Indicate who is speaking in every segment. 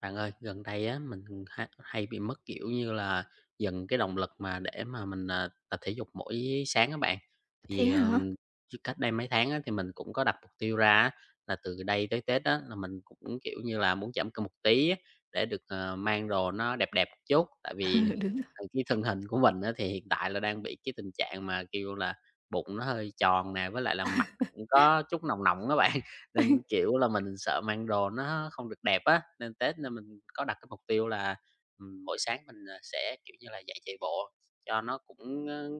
Speaker 1: Bạn ơi, gần đây á mình hay bị mất, kiểu như là, dần cái động lực mà để mà mình, tập thể dục mỗi sáng các bạn.
Speaker 2: Thế
Speaker 1: Thì,
Speaker 2: hả?
Speaker 1: cách đây mấy tháng á thì mình cũng có đặt mục tiêu ra á, là từ đây tới Tết á là mình cũng, kiểu như là, muốn giảm cân một tí á, để được, mang đồ nó đẹp đẹp một chút. Tại
Speaker 2: Ừ,
Speaker 1: vì,
Speaker 2: đúng rồi.
Speaker 1: cái thân hình của mình á thì hiện tại là đang bị cái tình trạng mà, kiểu là, bụng nó hơi tròn nè, với lại là mặt cũng có chút nồng nồng các bạn. Nên, kiểu là, mình sợ mang đồ nó không được đẹp á, nên Tết nên mình có đặt cái mục tiêu là, mỗi sáng mình, sẽ, kiểu như là, dậy chạy bộ cho nó cũng,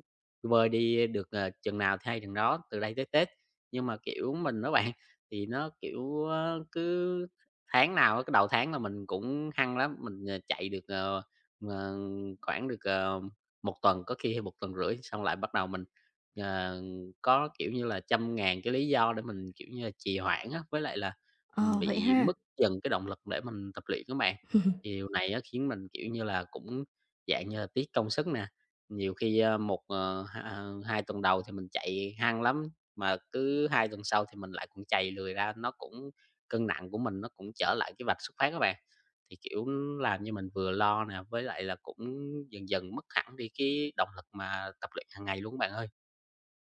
Speaker 1: vơi đi được, chừng nào thì hay chừng đó, từ đây tới Tết. Nhưng mà, kiểu, mình á bạn, thì nó, kiểu, cứ tháng nào á, cái đầu tháng là mình cũng hăng lắm, mình, chạy được, ờ, khoảng được, 1 tuần, có khi một tuần rưỡi xong lại bắt đầu mình, ờ có, kiểu như là, trăm ngàn cái lý do để mình, kiểu như là, trì hoãn á, với lại là,
Speaker 2: Ờ, vậy
Speaker 1: bị
Speaker 2: ha.
Speaker 1: mất dần cái động lực để mình tập luyện các bạn. Thì điều này á khiến mình, kiểu như là, cũng dạng như là tiếc công sức nè, nhiều khi, a, một, ờ, h ờ, 2 tuần đầu thì mình chạy hăng lắm, mà cứ 2 tuần sau thì mình lại cũng chạy lười ra, nó cũng cân nặng của mình nó cũng trở lại cái vạch xuất phát các bạn. Thì, kiểu, làm như mình vừa lo nè, với lại là cũng dần dần mất hẳn đi cái động lực mà tập luyện hàng ngày luôn á bạn ơi.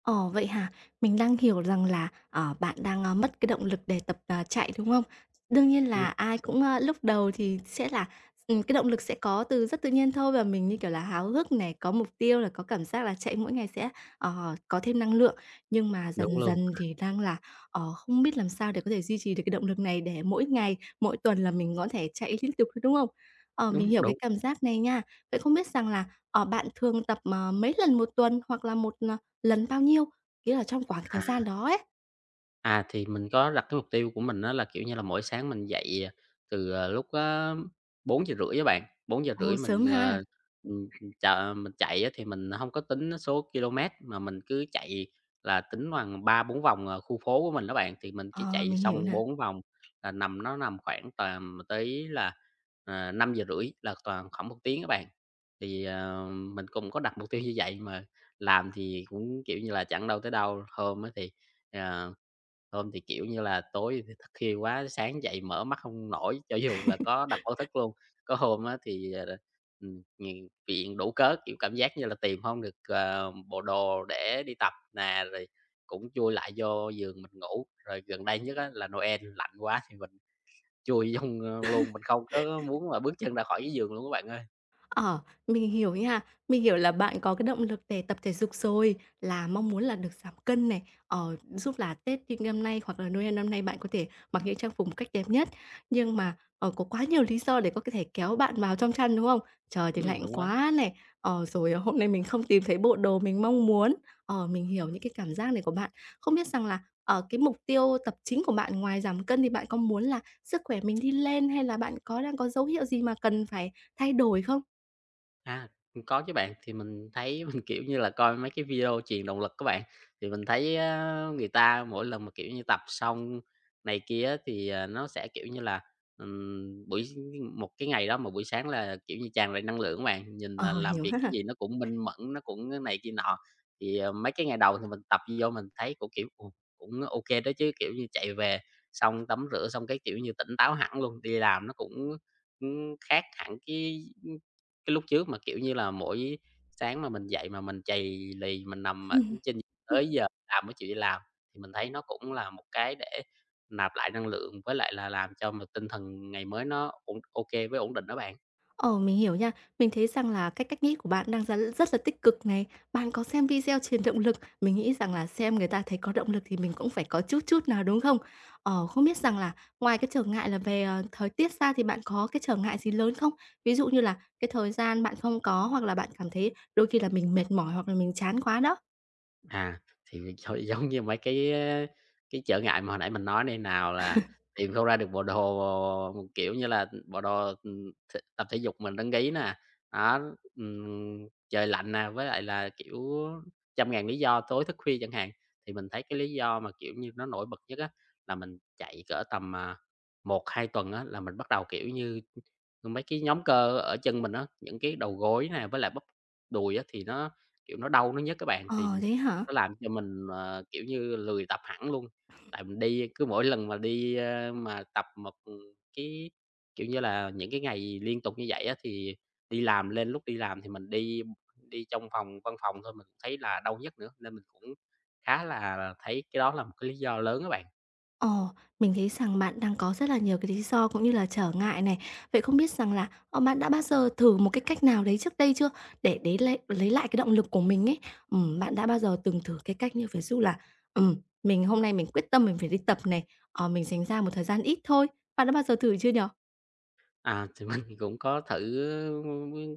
Speaker 2: Ồ, vậy hả? Mình đang hiểu rằng là, bạn đang, mất cái động lực để tập, chạy, đúng không? Đương nhiên
Speaker 1: Ừm.
Speaker 2: là ai cũng, lúc đầu thì sẽ là cái động lực sẽ có từ rất tự nhiên thôi và mình, như kiểu là, háo hức này, có mục tiêu là có cảm giác là chạy mỗi ngày sẽ, có thêm năng lượng. Nhưng mà
Speaker 1: Đúng
Speaker 2: dần
Speaker 1: luôn,
Speaker 2: dần thì đang là, không biết làm sao để có thể duy trì được cái động lực này để mỗi ngày, mỗi tuần là mình có thể chạy liên tục, đúng không? Ờ, mình
Speaker 1: đúng,
Speaker 2: hiểu cái
Speaker 1: đúng.
Speaker 2: cảm giác này nha. Vậy không biết rằng là, bạn thường tập, mấy lần một tuần hoặc là một, Lần bao nhiêu? Nghĩa là trong khoảng
Speaker 1: à,
Speaker 2: thời gian đó ấy.
Speaker 1: À, thì mình có đặt cái mục tiêu của mình đó là, kiểu như là, mỗi sáng mình dậy, từ, lúc bốn giờ rưỡi á bạn, 4:30
Speaker 2: Ồ, sớm
Speaker 1: mình,
Speaker 2: ha!
Speaker 1: ừm, chà mình chạy á thì mình không có tính số km mà mình cứ chạy là tính bằng ba bốn vòng, khu phố của mình đó bạn. Thì mình chỉ
Speaker 2: Ờ,
Speaker 1: chạy
Speaker 2: mình hiểu
Speaker 1: xong
Speaker 2: nè.
Speaker 1: 4 vòng là nó nằm khoảng tầm tới là, năm giờ rưỡi là toàn khoảng một tiếng các bạn. Thì, mình cũng có đặt mục tiêu như vậy mà làm thì cũng, kiểu như là, chẳng đâu tới đâu, Ờ, hôm thì, kiểu như là, tối thì thức khuya quá, sáng dậy mở mắt không nổi, cho dù là có đặt báo thức luôn. Có hôm á thì, ừm, ừm, viện đủ cớ, kiểu, cảm giác như là tìm không được, bộ đồ để đi tập nè, rồi cũng chui lại vô giường mình ngủ. Rồi gần đây nhất á là Noel lạnh quá thì mình chui trong, luôn, mình không có muốn mà bước chân ra khỏi cái giường luôn các bạn ơi.
Speaker 2: Ờ, mình hiểu nha. Mình hiểu là bạn có cái động lực để tập thể dục rồi, là mong muốn là được giảm cân này, giúp là Tết như năm nay hoặc là Noel năm nay bạn có thể mặc những trang phục một cách đẹp nhất. Nhưng mà, có quá nhiều lý do để có thể kéo bạn vào trong chăn, đúng không? Trời thì lạnh
Speaker 1: Đúng á.
Speaker 2: quá này, rồi hôm nay mình không tìm thấy bộ đồ mình mong muốn. Ờ, mình hiểu những cái cảm giác này của bạn. Không biết rằng là, ở cái mục tiêu tập chính của bạn ngoài giảm cân thì bạn có muốn là sức khỏe mình đi lên hay là bạn có đang có dấu hiệu gì mà cần phải thay đổi không?
Speaker 1: À, có chứ bạn. Thì mình thấy mình, kiểu như là, coi mấy cái video truyền động lực các bạn, thì mình thấy á, người ta mỗi lần mà, kiểu như, tập xong này kia á, thì, nó sẽ, kiểu như là, buổi một cái ngày đó mà buổi sáng là, kiểu như, tràn đầy năng lượng á bạn, nhìn là
Speaker 2: Ờ,
Speaker 1: làm
Speaker 2: hiểu
Speaker 1: việc
Speaker 2: ha.
Speaker 1: cái gì nó cũng minh mẫn, nó cũng cái này kia nọ. Thì, mấy cái ngày đầu thì mình tập vô mình thấy cũng, kiểu, ồ, cũng ok kê đó chứ, kiểu như, chạy về xong tắm rửa xong cái, kiểu như, tỉnh táo hẳn luôn, đi làm nó cũng, khác hẳn cái lúc trước mà, kiểu như là, mỗi sáng mà mình dậy mà mình chầy lì mình nằm ở
Speaker 2: Ừm.
Speaker 1: trên tới giờ làm mới chịu đi làm, thì mình thấy nó cũng là một cái để nạp lại năng lượng với lại là làm cho mà tinh thần ngày mới nó ổn ok với ổn định đó bạn.
Speaker 2: Ờ, mình hiểu nha. Mình thấy rằng là cái cách nghĩ của bạn đang ra rất là tích cực này. Bạn có xem video truyền động lực, mình nghĩ rằng là xem người ta thấy có động lực thì mình cũng phải có chút chút nào, đúng không? Ờ, không biết rằng là ngoài cái trở ngại là về, thời tiết ra thì bạn có cái trở ngại gì lớn không? Ví dụ như là cái thời gian bạn không có, hoặc là bạn cảm thấy đôi khi là mình mệt mỏi hoặc là mình chán quá đó.
Speaker 1: À, thì thôi giống như mấy cái, cái trở ngại mà hồi nãy mình nói đây nào là tìm không ra được bộ đồ, kiểu như là, bộ đồ, tập thể dục mình đăng ký nè, đó, trời lạnh nè, với lại là, kiểu, trăm ngàn lý do tối thức khuya chẳng hạn. Thì mình thấy cái lý do mà, kiểu như, nó nổi bật nhất á, là mình chạy cỡ tầm, 1-2 tuần á, là mình bắt đầu, kiểu như rồi. Mấy cái nhóm cơ ở chân mình á, những cái đầu gối nè, với lại bắp đùi á, thì nó, kiểu, nó đau, nó nhức các bạn, thì
Speaker 2: Ờ, thế hả?
Speaker 1: nó làm cho mình, kiểu như, lười tập hẳn luôn. Tại mình đi cứ mỗi lần mà đi, mà tập một, cái, kiểu như là, những cái ngày liên tục như vậy á, thì đi làm lên lúc đi làm thì mình đi đi trong phòng văn phòng thôi mình cũng thấy là đau nhức nữa, nên mình cũng khá là thấy cái đó là một cái lý do lớn á bạn.
Speaker 2: Ồ, mình thấy rằng bạn đang có rất là nhiều cái lý do cũng như là trở ngại này. Vậy không biết rằng là, bạn đã bao giờ thử một cái cách nào đấy trước đây chưa? Để đấy lấy lại cái động lực của mình ấy. Bạn đã bao giờ từng thử cái cách như ví dụ là, ừm, mình hôm nay mình quyết tâm mình phải đi tập này, mình dành ra một thời gian ít thôi. Bạn đã bao giờ thử chưa nhở?
Speaker 1: À, thì mình cũng có thử ừ,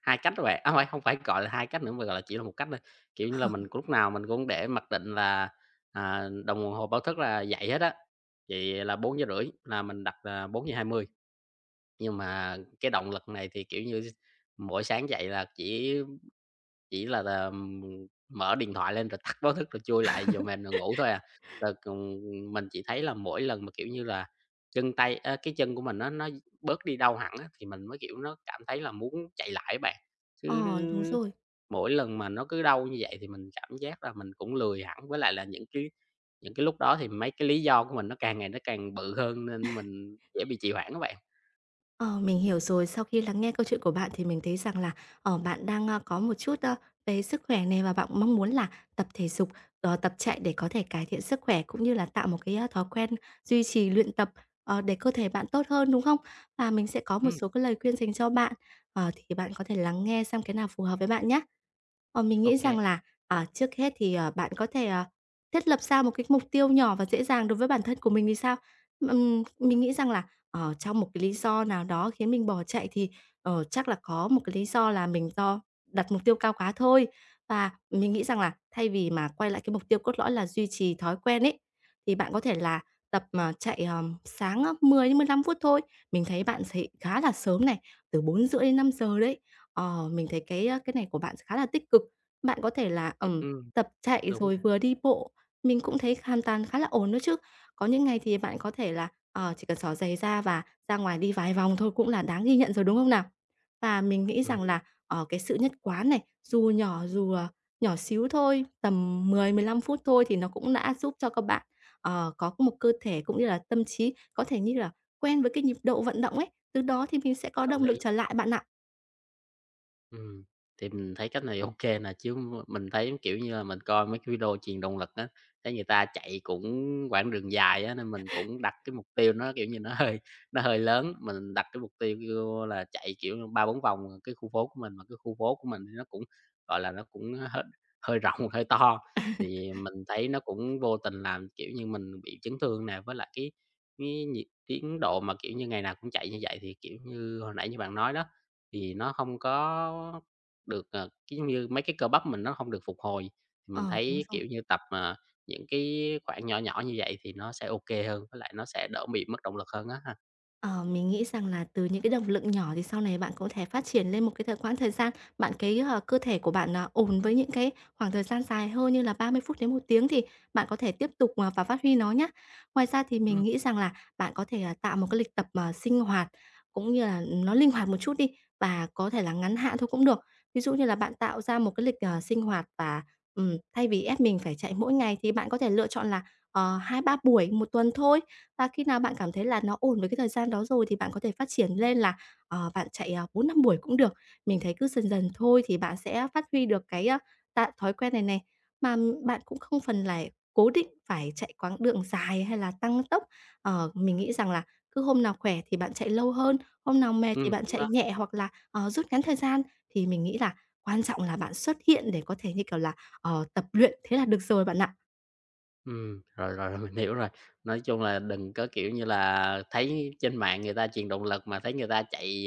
Speaker 1: 2 cách đó bạn. À, không phải không phải, gọi là, 2 cách nữa mà, gọi là, chỉ là một cách thôi. Kiểu như là, mình cũng lúc nào mình cũng để mặc định là, đồng hồ báo thức là dậy hết á, vậy là bốn giờ rưỡi là mình đặt là bốn giờ hai mươi. Nhưng mà cái động lực này thì, kiểu như, mỗi sáng dậy là chỉ là mở điện thoại lên rồi tắt báo thức rồi chui lại vào mền rồi ngủ thôi à. Rồi cùng mình chỉ thấy là mỗi lần mà, kiểu như là, cái chân của mình nó bớt đi đau hẳn á, thì mình mới, kiểu, nó cảm thấy là muốn chạy lại á bạn. Chứ.
Speaker 2: Ờ, đúng rồi.
Speaker 1: Mỗi lần mà nó cứ đau như vậy thì mình cảm giác là mình cũng lười hẳn, với lại là những cái lúc đó thì mấy cái lý do của mình nó càng ngày nó càng bự hơn nên mình dễ bị trì hoãn các bạn.
Speaker 2: Ờ, mình hiểu rồi. Sau khi lắng nghe câu chuyện của bạn thì mình thấy rằng là, bạn đang, có một chút, về sức khỏe này và bạn mong muốn là tập thể dục, tập chạy để có thể cải thiện sức khỏe cũng như là tạo một cái, thói quen duy trì luyện tập, để cơ thể bạn tốt hơn, đúng không? Và mình sẽ có một
Speaker 1: Ừ,
Speaker 2: số cái lời khuyên dành cho bạn, thì bạn có thể lắng nghe xem cái nào phù hợp với bạn nhé. Ờ, mình nghĩ
Speaker 1: ok.
Speaker 2: rằng là, trước hết thì, bạn có thể, thiết lập ra một cái mục tiêu nhỏ và dễ dàng đối với bản thân của mình thì sao? Mình nghĩ rằng là trong một cái lý do nào đó khiến mình bỏ chạy thì, chắc là có một cái lý do là mình do đặt mục tiêu cao quá thôi. Và mình nghĩ rằng là thay vì mà quay lại cái mục tiêu cốt lõi là duy trì thói quen ấy, thì bạn có thể là tập, chạy, sáng á 10 đến 15 phút thôi. Mình thấy bạn dậy khá là sớm này, từ 4:30 đến 5 giờ đấy. Ờ, mình thấy cái, cái này của bạn khá là tích cực. Bạn có thể là,
Speaker 1: Ừ,
Speaker 2: tập chạy
Speaker 1: đúng
Speaker 2: rồi
Speaker 1: nè,
Speaker 2: vừa đi bộ, mình cũng thấy hoàn toàn khá là ổn đó chứ. Có những ngày thì bạn có thể là, chỉ cần xỏ giày ra và ra ngoài đi vài vòng thôi cũng là đáng ghi nhận rồi, đúng không nào? Và mình nghĩ
Speaker 1: ừm,
Speaker 2: rằng là, cái sự nhất quán này, dù nhỏ dù, nhỏ xíu thôi, tầm mười mười 15 phút thôi thì nó cũng đã giúp cho các bạn, có một cơ thể cũng như là tâm trí có thể như là quen với cái nhịp độ vận động ấy, từ đó thì mình sẽ có
Speaker 1: có
Speaker 2: động lực
Speaker 1: lý.
Speaker 2: trở lại bạn ạ.
Speaker 1: Ừm, thì mình thấy cách này ok kê nè, chứ mình thấy, kiểu như là, mình coi mấy cái video truyền động lực á, thấy người ta chạy cũng quãng đường dài á, nên mình cũng đặt cái mục tiêu nó, kiểu như, nó hơi nó hơi lớn. Mình đặt cái mục tiêu kêu là chạy, kiểu, như ba bốn vòng cái khu phố của mình, mà cái khu phố của mình thì nó cũng, gọi là, nó cũng hơi hơi rộng, hơi to, thì mình thấy nó cũng vô tình làm, kiểu như, mình bị chấn thương nè. Với lại cái nhịp tiến độ mà, kiểu như, ngày nào cũng chạy như vậy thì, kiểu như, hồi nãy như bạn nói đó, thì nó không có được, cái, giống như, mấy cái cơ bắp mình nó không được phục hồi, thì mình
Speaker 2: Ờ, đúng
Speaker 1: thấy,
Speaker 2: rồi.
Speaker 1: kiểu như, tập, những cái khoảng nhỏ nhỏ như vậy thì nó sẽ ok hơn, với lại nó sẽ đỡ bị mất động lực hơn á ha.
Speaker 2: Ờ, mình nghĩ rằng là từ những cái động lực nhỏ thì sau này bạn có thể phát triển lên một cái quãng thời gian, bạn cái, cơ thể của bạn, ổn với những cái khoảng thời gian dài hơn như là 30 phút đến một tiếng thì bạn có thể tiếp tục, và phát huy nó nhé. Ngoài ra thì
Speaker 1: Ừm,
Speaker 2: mình nghĩ rằng là bạn có thể, tạo một cái lịch tập, sinh hoạt cũng như là nó linh hoạt một chút đi và có thể là ngắn hạn thôi cũng được. Ví dụ như là bạn tạo ra một cái lịch, sinh hoạt và, thay vì ép mình phải chạy mỗi ngày thì bạn có thể lựa chọn là, 2-3 buổi một tuần thôi, và khi nào bạn cảm thấy là nó ổn với cái thời gian đó rồi thì bạn có thể phát triển lên là, bạn chạy, 4-5 buổi cũng được. Mình thấy cứ dần dần thôi thì bạn sẽ phát huy được cái, a, tạ thói quen này này. Mà bạn cũng không phần là cố định phải chạy quãng đường dài hay là tăng tốc. Ờ, mình nghĩ rằng là cứ hôm nào khỏe thì bạn chạy lâu hơn, hôm nào mệt thì bạn
Speaker 1: đúng
Speaker 2: chạy
Speaker 1: rồi.
Speaker 2: nhẹ hoặc là, rút ngắn thời gian. Thì mình nghĩ là quan trọng là bạn xuất hiện để có thể, như kiểu là, tập luyện, thế là được rồi bạn ạ.
Speaker 1: Ừ rồi, rồi, mình hiểu rồi. Nói chung là đừng có, kiểu như là, thấy trên mạng người ta truyền động lực mà thấy người ta chạy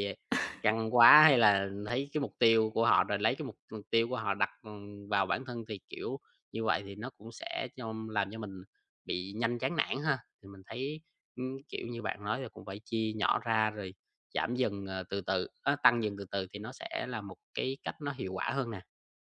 Speaker 1: căng quá, hay là thấy cái mục tiêu của họ rồi lấy cái mục mục tiêu của họ đặt, vào bản thân thì, kiểu, như vậy thì nó cũng sẽ cho làm cho mình bị nhanh chán nản ha. Thì mình thấy, kiểu như bạn nói là cũng phải chia nhỏ ra rồi giảm dần, từ từ, á, tăng dần từ từ thì nó sẽ là một cái cách nó hiệu quả hơn nè.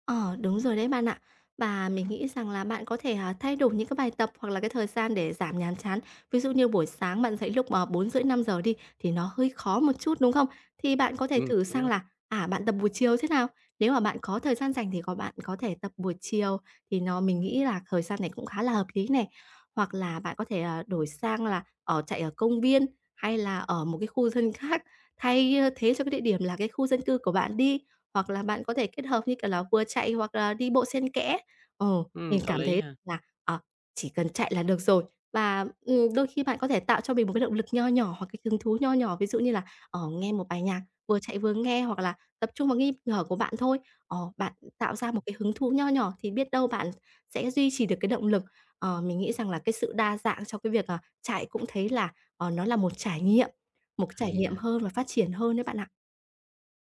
Speaker 2: Ờ, đúng rồi đấy bạn ạ. Và mình nghĩ rằng là bạn có thể, thay đổi những cái bài tập hoặc là cái thời gian để giảm nhàm chán. Ví dụ như buổi sáng bạn dậy lúc, 4:30 5 giờ đi, thì nó hơi khó một chút, đúng không? Thì bạn có thể
Speaker 1: Ừ
Speaker 2: thử
Speaker 1: đúng
Speaker 2: sang
Speaker 1: á,
Speaker 2: là, bạn tập buổi chiều thế nào? Nếu mà bạn có thời gian rảnh thì có bạn có thể tập buổi chiều, thì nó mình nghĩ là thời gian này cũng khá là hợp lý này. Hoặc là bạn có thể, đổi sang là, ở chạy ở công viên hay là ở một cái khu dân khác, thế cho cái địa điểm là cái khu dân cư của bạn đi. Hoặc là bạn có thể kết hợp như, kiểu là, vừa chạy hoặc là đi bộ xen kẽ. Ờ, mình
Speaker 1: có
Speaker 2: cảm
Speaker 1: lý
Speaker 2: thấy
Speaker 1: ha,
Speaker 2: là, ờ, chỉ cần chạy là được rồi. Và, đôi khi bạn có thể tạo cho mình một cái động lực nho nhỏ hoặc cái hứng thú nho nhỏ, ví dụ như là, nghe một bài nhạc, vừa chạy vừa nghe hoặc là tập trung vào nghi ngờ của bạn thôi. Ờ, bạn tạo ra một cái hứng thú nho nhỏ thì biết đâu bạn sẽ duy trì được cái động lực. Ờ, mình nghĩ rằng là cái sự đa dạng trong cái việc, chạy cũng thấy là, nó là một cái trải
Speaker 1: hay
Speaker 2: nghiệm
Speaker 1: ha.
Speaker 2: hơn và phát triển hơn đấy bạn ạ.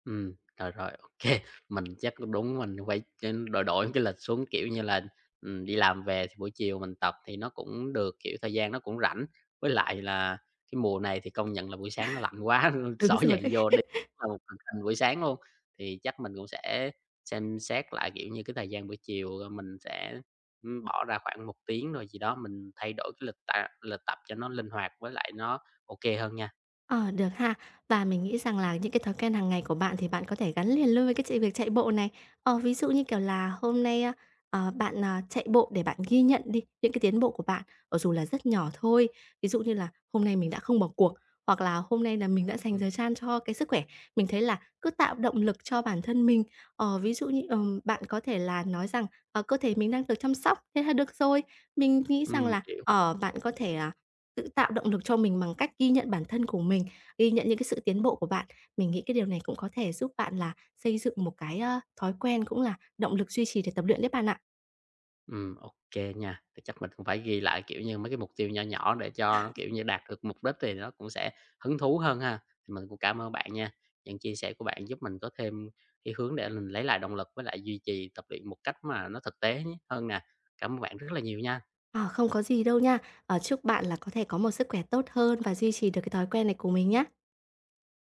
Speaker 1: Rồi, rồi, ok. Mình chắc cũng đúng mình phải trên đổi đổi cái lịch xuống, kiểu như là, đi làm về thì buổi chiều mình tập thì nó cũng được, kiểu, thời gian nó cũng rảnh. Với lại là cái mùa này thì công nhận là buổi sáng nó lạnh quá,
Speaker 2: Đúng
Speaker 1: xỏ
Speaker 2: rồi
Speaker 1: dậy
Speaker 2: đấy.
Speaker 1: vô đi là một màn hình buổi sáng luôn. Thì chắc mình cũng sẽ xem xét lại, kiểu như, cái thời gian buổi chiều, rồi mình sẽ, bỏ ra khoảng một tiếng rồi gì đó, mình thay đổi cái lịch tập cho nó linh hoạt với lại nó ok hơn nha.
Speaker 2: Ờ, được ha. Và mình nghĩ rằng là những cái thói quen hàng ngày của bạn thì bạn có thể gắn liền luôn với cái chạy việc chạy bộ này. Ờ, ví dụ như, kiểu là, hôm nay, bạn, chạy bộ để bạn ghi nhận đi những cái tiến bộ của bạn, dù là rất nhỏ thôi. Ví dụ như là hôm nay mình đã không bỏ cuộc, hoặc là hôm nay là mình đã dành
Speaker 1: Ừm,
Speaker 2: thời gian cho cái sức khỏe. Mình thấy là cứ tạo động lực cho bản thân mình. Ờ, ví dụ như, bạn có thể là nói rằng, cơ thể mình đang được chăm sóc, thế là được rồi. Mình nghĩ rằng là,
Speaker 1: hiểu.
Speaker 2: bạn có thể, tự tạo động lực cho mình bằng cách ghi nhận bản thân của mình, ghi nhận những cái sự tiến bộ của bạn. Mình nghĩ cái điều này cũng có thể giúp bạn là xây dựng một cái, thói quen cũng là động lực duy trì để tập luyện đấy bạn ạ.
Speaker 1: Ok nha. Thì chắc mình cũng phải ghi lại, kiểu như, mấy cái mục tiêu nhỏ nhỏ để cho nó, kiểu như, đạt được mục đích thì nó cũng sẽ hứng thú hơn ha. Thì mình cũng cảm ơn bạn nha, những chia sẻ của bạn giúp mình có thêm cái hướng để mình lấy lại động lực với lại duy trì tập luyện một cách mà nó thực tế hơn nè. Cảm ơn bạn rất là nhiều nha.
Speaker 2: Ờ, không có gì đâu nha. Ờ, chúc bạn là có thể có một sức khỏe tốt hơn và duy trì được cái thói quen này của mình nhé.